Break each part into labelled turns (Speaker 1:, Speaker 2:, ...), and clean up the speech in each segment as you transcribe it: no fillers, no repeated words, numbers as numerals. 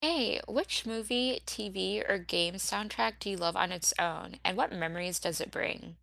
Speaker 1: Hey, which movie, TV, or game soundtrack do you love on its own, and what memories does it bring?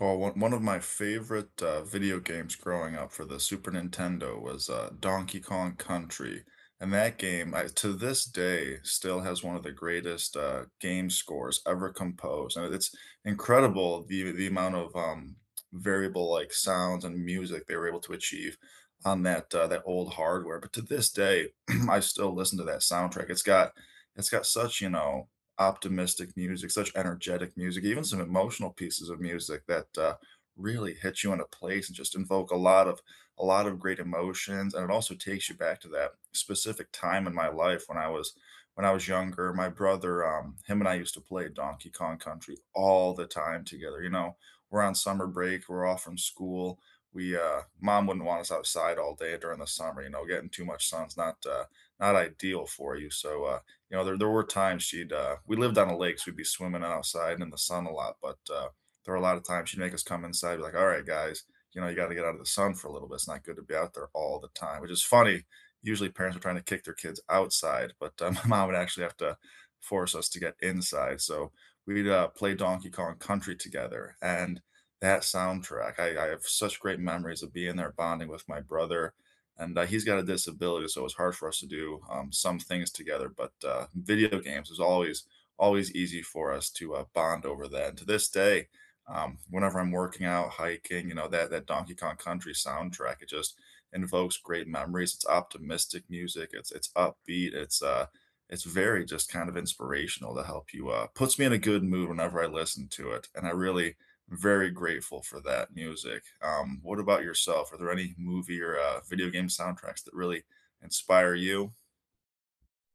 Speaker 2: Oh, one of my favorite video games growing up for the Super Nintendo was Donkey Kong Country, and that game, I, to this day, still has one of the greatest game scores ever composed. And it's incredible the amount of variable like sounds and music they were able to achieve on that old hardware. But to this day, I still listen to that soundtrack. It's got such optimistic music, such energetic music, even some emotional pieces of music that really hit you in a place and just invoke a lot of great emotions. And it also takes you back to that specific time in my life when I was younger. My brother, him and I used to play Donkey Kong Country all the time together. You know, we're on summer break, we're off from school. We Mom wouldn't want us outside all day during the summer. You know, getting too much sun's not ideal for you. So there were times she'd we lived on a lake, so we'd be swimming outside in the sun a lot, but there were a lot of times she'd make us come inside, be like, all right, guys, you know, you gotta get out of the sun for a little bit. It's not good to be out there all the time, which is funny. Usually parents are trying to kick their kids outside, but my mom would actually have to force us to get inside. So we'd play Donkey Kong Country together and that soundtrack. I have such great memories of being there bonding with my brother and he's got a disability, so it's hard for us to do some things together. But video games is always easy for us to bond over that. And to this day, whenever I'm working out, hiking, you know that Donkey Kong Country soundtrack, it just invokes great memories. It's optimistic music. It's upbeat. It's very just kind of inspirational to help you puts me in a good mood whenever I listen to it. And I really very grateful for that music. What about yourself? Are there any movie or video game soundtracks that really inspire you?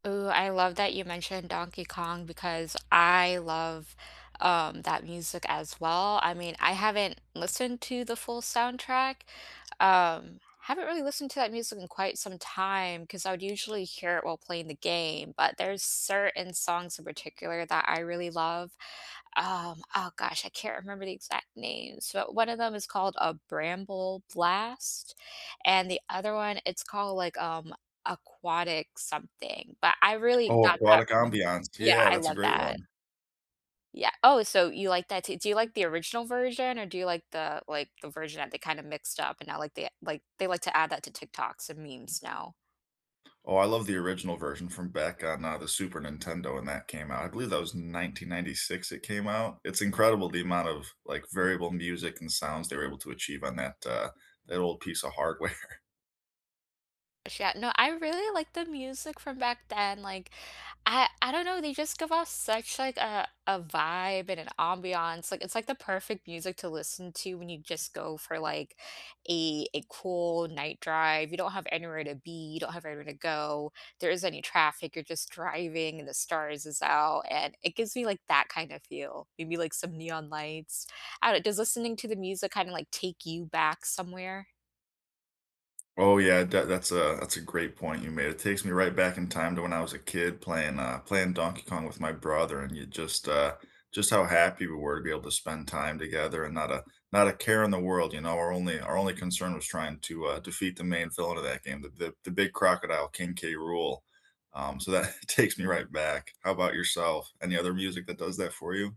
Speaker 1: Ooh, I love that you mentioned Donkey Kong because I love that music as well. I mean, I haven't listened to the full soundtrack. Haven't really listened to that music in quite some time because I would usually hear it while playing the game, but there's certain songs in particular that I really love. Oh gosh, I can't remember the exact names, but one of them is called a Bramble Blast, and the other one it's called like aquatic something, but I really
Speaker 2: Oh,
Speaker 1: got that
Speaker 2: Aquatic
Speaker 1: from you.
Speaker 2: Ambiance.
Speaker 1: Yeah,
Speaker 2: Yeah,
Speaker 1: I
Speaker 2: that's a
Speaker 1: love
Speaker 2: great
Speaker 1: that.
Speaker 2: one.
Speaker 1: Yeah. Oh, so you like that too. Do you like the original version or do you like the the version that they kinda mixed up and now, like, they like to add that to TikToks and memes now?
Speaker 2: Oh, I love the original version from back on, the Super Nintendo when that came out. I believe that was 1996 it came out. It's incredible the amount of, like, variable music and sounds they were able to achieve on that old piece of hardware.
Speaker 1: Yeah, no, I really like the music from back then, like, I don't know, they just give off such, like, a vibe and an ambiance, like, it's, like, the perfect music to listen to when you just go for, like, a cool night drive, you don't have anywhere to be, you don't have anywhere to go, there isn't any traffic, you're just driving and the stars is out, and it gives me, like, that kind of feel, maybe, like, some neon lights. I don't know. Does listening to the music kinda, like, take you back somewhere?
Speaker 2: Oh yeah, that's a great point you made. It takes me right back in time to when I was a kid playing Donkey Kong with my brother and you just how happy we were to be able to spend time together and not a care in the world, you know. Our only concern was trying to defeat the main villain of that game, the big crocodile King K. Rule. So that takes me right back. How about yourself? Any other music that does that for you?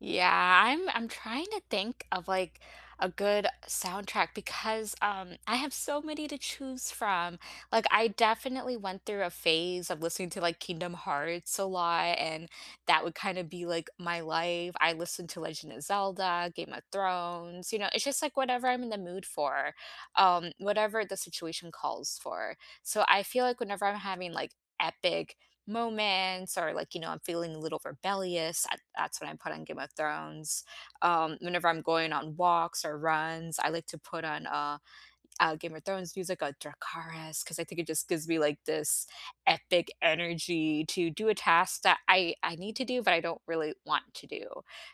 Speaker 1: Yeah, I'm trying to think of like a good soundtrack because I have so many to choose from. Like I definitely went through a phase of listening to like Kingdom Hearts a lot, and that would kind of be like my life. I listened to Legend of Zelda, Game of Thrones, you know, it's just like whatever I'm in the mood for, whatever the situation calls for. So I feel like whenever I'm having like epic moments or like you know I'm feeling a little rebellious, I, that's when I put on Game of Thrones. Whenever I'm going on walks or runs, I like to put on Game of Thrones music or dracaris because I think it just gives me like this epic energy to do a task that I need to do but I don't really want to do,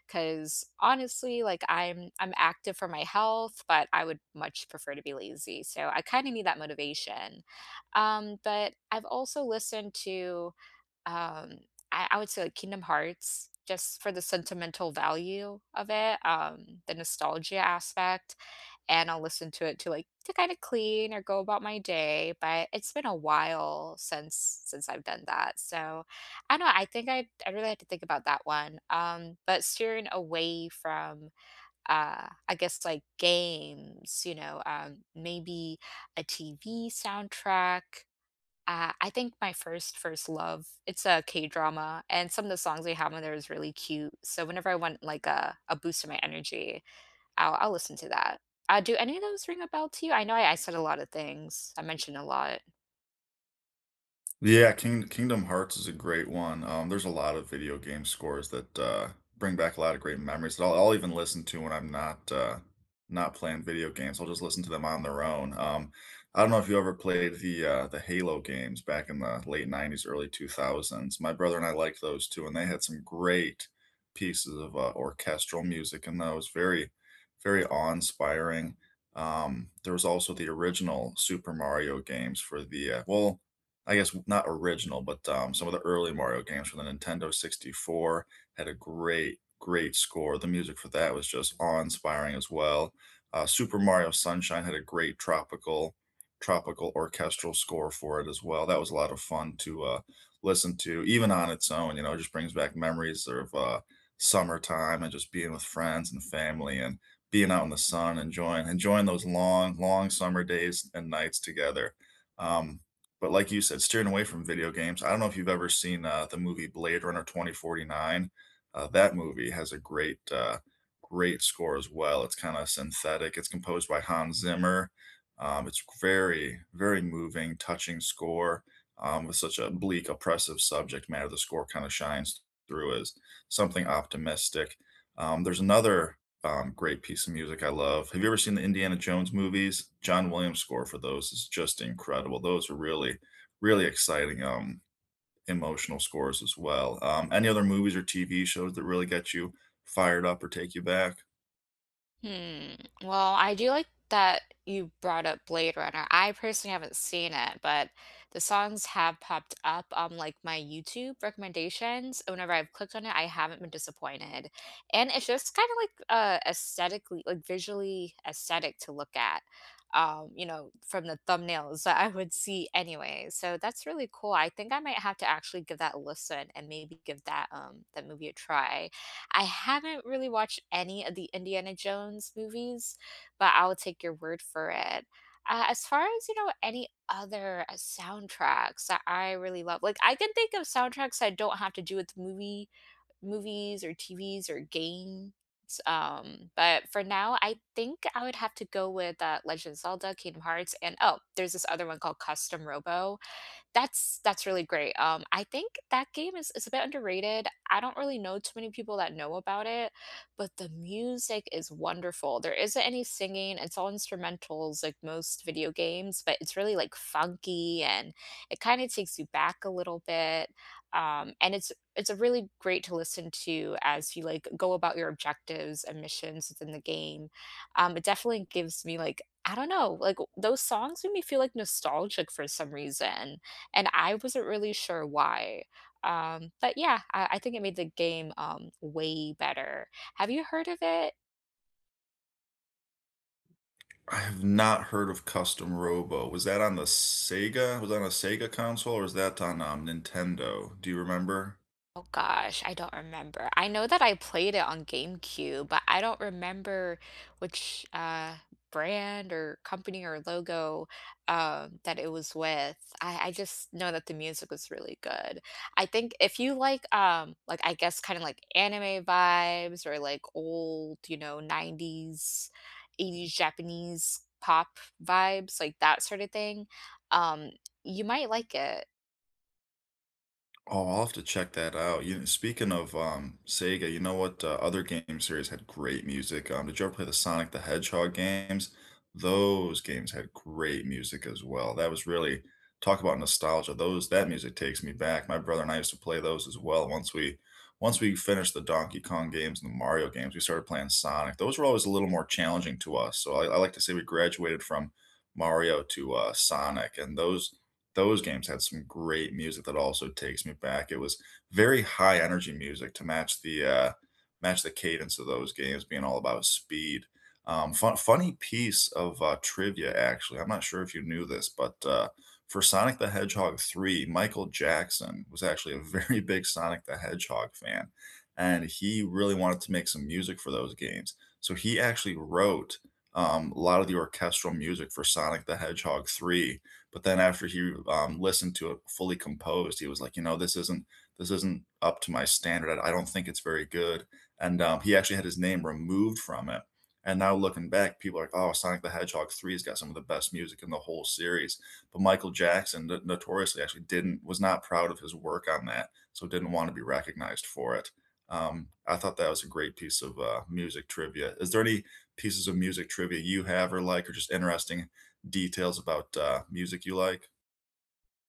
Speaker 1: because honestly like I'm active for my health, but I would much prefer to be lazy, so I kind of need that motivation. But I've also listened to um I would say like Kingdom Hearts just for the sentimental value of it, the nostalgia aspect, and I'll listen to it to like to kind of clean or go about my day. But it's been a while since I've done that, so I don't know. I think I really had to think about that one. But steering away from I guess like games, you know, maybe a TV soundtrack. I think my first love, it's a K-drama, and some of the songs they have on there is really cute. So whenever I want like a boost to my energy, I'll listen to that. Do any of those ring a bell to you? I know I said a lot of things. I mentioned a lot.
Speaker 2: Yeah, Kingdom Hearts is a great one. There's a lot of video game scores that bring back a lot of great memories that I'll even listen to when I'm not not playing video games. I'll just listen to them on their own. I don't know if you ever played the Halo games back in the late 90s, early 2000s. My brother and I liked those too, and they had some great pieces of orchestral music in those. Very awe-inspiring. There was also the original Super Mario games for the I guess not original, but some of the early Mario games for the Nintendo 64 had a great score. The music for that was just awe-inspiring as well. Super Mario Sunshine had a great tropical orchestral score for it as well. That was a lot of fun to listen to, even on its own. You know, it just brings back memories of summertime and just being with friends and family and being out in the sun, enjoying those long summer days and nights together. Um, but like you said, steering away from video games. I don't know if you've ever seen the movie Blade Runner 2049. That movie has a great score as well. It's kind of synthetic. It's composed by Hans Zimmer. It's very moving, touching score with such a bleak, oppressive subject matter. The score kind of shines through as something optimistic. There's another great piece of music I love. Have you ever seen the Indiana Jones movies? John Williams score for those is just incredible. Those are really exciting, emotional scores as well. Any other movies or TV shows that really get you fired up or take you back?
Speaker 1: Hmm. Well, I do like that you brought up Blade Runner. I personally haven't seen it, but the songs have popped up on like my YouTube recommendations. And whenever I've clicked on it, I haven't been disappointed. And it's just kind of like aesthetically, like visually aesthetic to look at. You know, from the thumbnails that I would see anyway. So that's really cool. I think I might have to actually give that a listen and maybe give that movie a try. I haven't really watched any of the Indiana Jones movies, but I'll take your word for it. As far as, you know, any other soundtracks that I really love, like I can think of soundtracks that don't have to do with movies or TVs or games. But for now, I think I would have to go with Legend of Zelda, Kingdom Hearts, and oh, there's this other one called Custom Robo that's really great. I think that game is a bit underrated. I don't really know too many people that know about it, but the music is wonderful. There isn't any singing. It's all instrumentals like most video games, but it's really like funky and it kind of takes you back a little bit. And it's a really great to listen to as you like go about your objectives and missions within the game. It definitely gives me like I don't know, like those songs make me feel like nostalgic for some reason, and I wasn't really sure why. But yeah, I think it made the game way better. Have you heard of it?
Speaker 2: I have not heard of Custom Robo. Was that on the Sega? Was that on a Sega console or was that on Nintendo? Do you remember?
Speaker 1: Oh gosh, I don't remember. I know that I played it on GameCube, but I don't remember which brand or company or logo that it was with. I just know that the music was really good. I think if you like I guess kind of like anime vibes or like old, you know, 90s, 80s Japanese pop vibes, like that sort of thing, um you might like it.
Speaker 2: Oh, I'll have to check that out. You speaking of Sega, you know what other game series had great music? Did you ever play the Sonic the Hedgehog games? Those games had great music as well. That was really talk about nostalgia. Those that music takes me back. My brother and I used to play those as well. Once we finished the Donkey Kong games and the Mario games, we started playing Sonic. Those were always a little more challenging to us. So I like to say we graduated from Mario to Sonic, and those games had some great music that also takes me back. It was very high energy music to match the cadence of those games being all about speed. Fun, funny piece of trivia, actually. I'm not sure if you knew this, but for Sonic the Hedgehog 3, Michael Jackson was actually a very big Sonic the Hedgehog fan, and he really wanted to make some music for those games. So he actually wrote a lot of the orchestral music for Sonic the Hedgehog 3, but then after he listened to it fully composed, he was like, you know, this isn't up to my standard. I don't think it's very good. And he actually had his name removed from it. And now looking back, people are like, oh, Sonic the Hedgehog 3 has got some of the best music in the whole series. But Michael Jackson notoriously actually didn't, was not proud of his work on that. So didn't want to be recognized for it. I thought that was a great piece of music trivia. Is there any pieces of music trivia you have or just interesting details about music you like?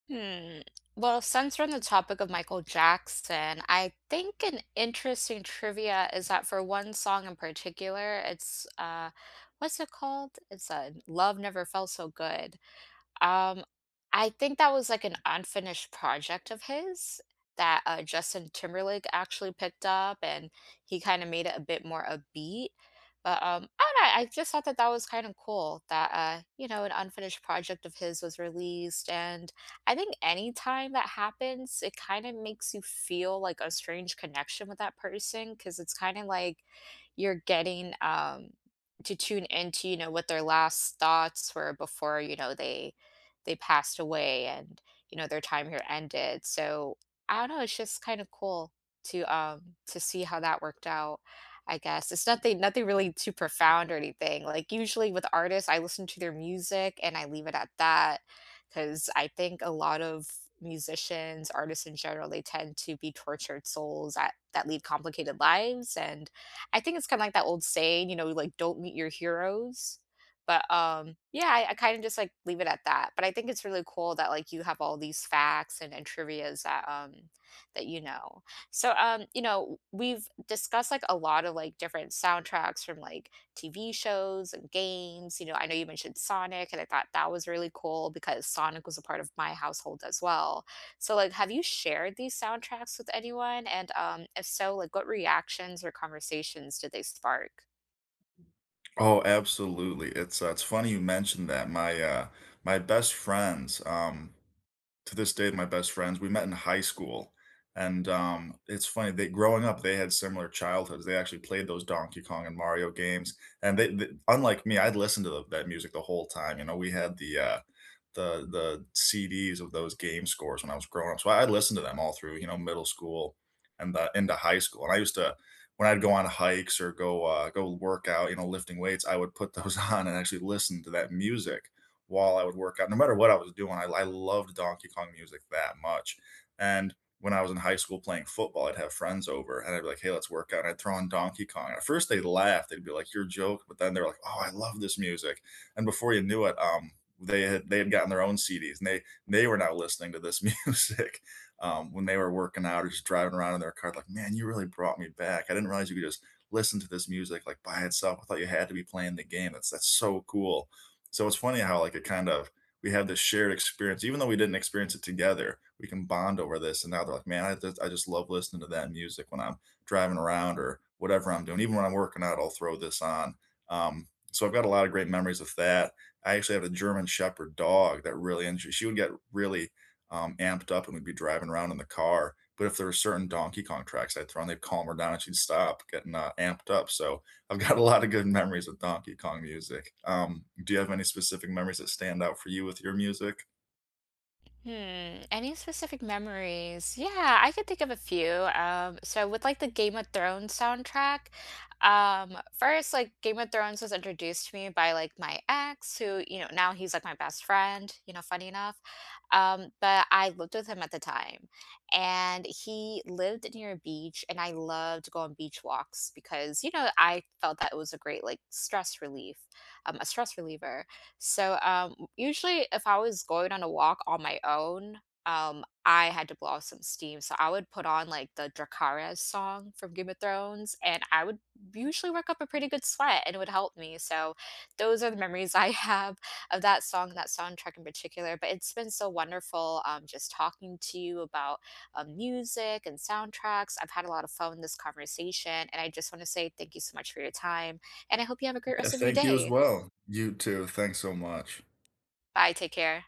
Speaker 1: Hmm. Well, since we're on the topic of Michael Jackson, I think an interesting trivia is that for one song in particular, it's what's it called? It's "Love Never Felt So Good." Um, I think that was like an unfinished project of his that Justin Timberlake actually picked up, and he kind of made it a bit more upbeat. But I don't know, I just thought that that was kind of cool that you know an unfinished project of his was released, and I think any time that happens, it kind of makes you feel like a strange connection with that person because it's kind of like you're getting to tune into you know what their last thoughts were before you know they passed away and you know their time here ended, so I don't know, it's just kind of cool to see how that worked out. I guess it's nothing really too profound or anything, like usually with artists I listen to their music and I leave it at that, because I think a lot of musicians artists in general they tend to be tortured souls that lead complicated lives, and I think it's kind of like that old saying, you know, like don't meet your heroes. But, yeah, I kinda just, like, leave it at that, but I think it's really cool that, like, you have all these facts and trivias that, that you know. So, you know, we've discussed, like, a lot of, like, different soundtracks from, like, TV shows and games, you know, I know you mentioned Sonic, and I thought that was really cool because Sonic was a part of my household as well. So, like, have you shared these soundtracks with anyone? And, if so, like, what reactions or conversations did they spark?
Speaker 2: Oh, absolutely. It's funny you mentioned that. My to this day, my best friends, we met in high school, and it's funny. They Growing up, they had similar childhoods. They actually played those Donkey Kong and Mario games, and they unlike me, I'd listened to that music the whole time. You know, we had the CDs of those game scores when I was growing up. So I listened to them all through, you know, middle school and the into high school. And I used to when I'd go on hikes or go work out, you know, lifting weights, I would put those on and actually listen to that music while I would work out. No matter what I was doing, I loved Donkey Kong music that much. And when I was in high school playing football, I'd have friends over and I'd be like, hey, let's work out. And I'd throw on Donkey Kong. At first they'd laugh. They'd be like, you're joking. But then they're like, oh, I love this music, and before you knew it, they had gotten their own CDs, and they were now listening to this music when they were working out or just driving around in their car. Like, man, you really brought me back. I didn't realize you could just listen to this music like by itself. I thought you had to be playing the game. That's so cool. So it's funny how like it kind of we had this shared experience, even though we didn't experience it together. We can bond over this, and now they're like, man, I just love listening to that music when I'm driving around or whatever I'm doing. Even when I'm working out, I'll throw this on. Um, so I've got a lot of great memories with that. I actually had a German Shepherd dog that really enjoyed. She would get really, amped up and we'd be driving around in the car, but if there were certain Donkey Kong tracks I'd throw on, they'd calm her down and she'd stop getting, amped up, so I've got a lot of good memories with Donkey Kong music. Do you have any specific memories that stand out for you with your music?
Speaker 1: Hmm, any specific memories? Yeah, I could think of a few. So with like the Game of Thrones soundtrack, first like Game of Thrones was introduced to me by like my ex who, you know, now he's like my best friend, you know, funny enough. But I lived with him at the time and he lived near a beach and I loved to go on beach walks because, you know, I felt that it was a great like stress relief, a stress reliever. So, usually if I was going on a walk on my own, I had to blow off some steam. So I would put on like the Dracarys song from Game of Thrones, and I would usually work up a pretty good sweat, and it would help me. So those are the memories I have of that song, that soundtrack in particular. But it's been so wonderful, just talking to you about music and soundtracks. I've had a lot of fun in this conversation, and I just want to say thank you so much for your time, and I hope you have a great
Speaker 2: Yeah,
Speaker 1: rest of your
Speaker 2: thank you as
Speaker 1: day.
Speaker 2: well. You too, thanks so much.
Speaker 1: Bye, take care.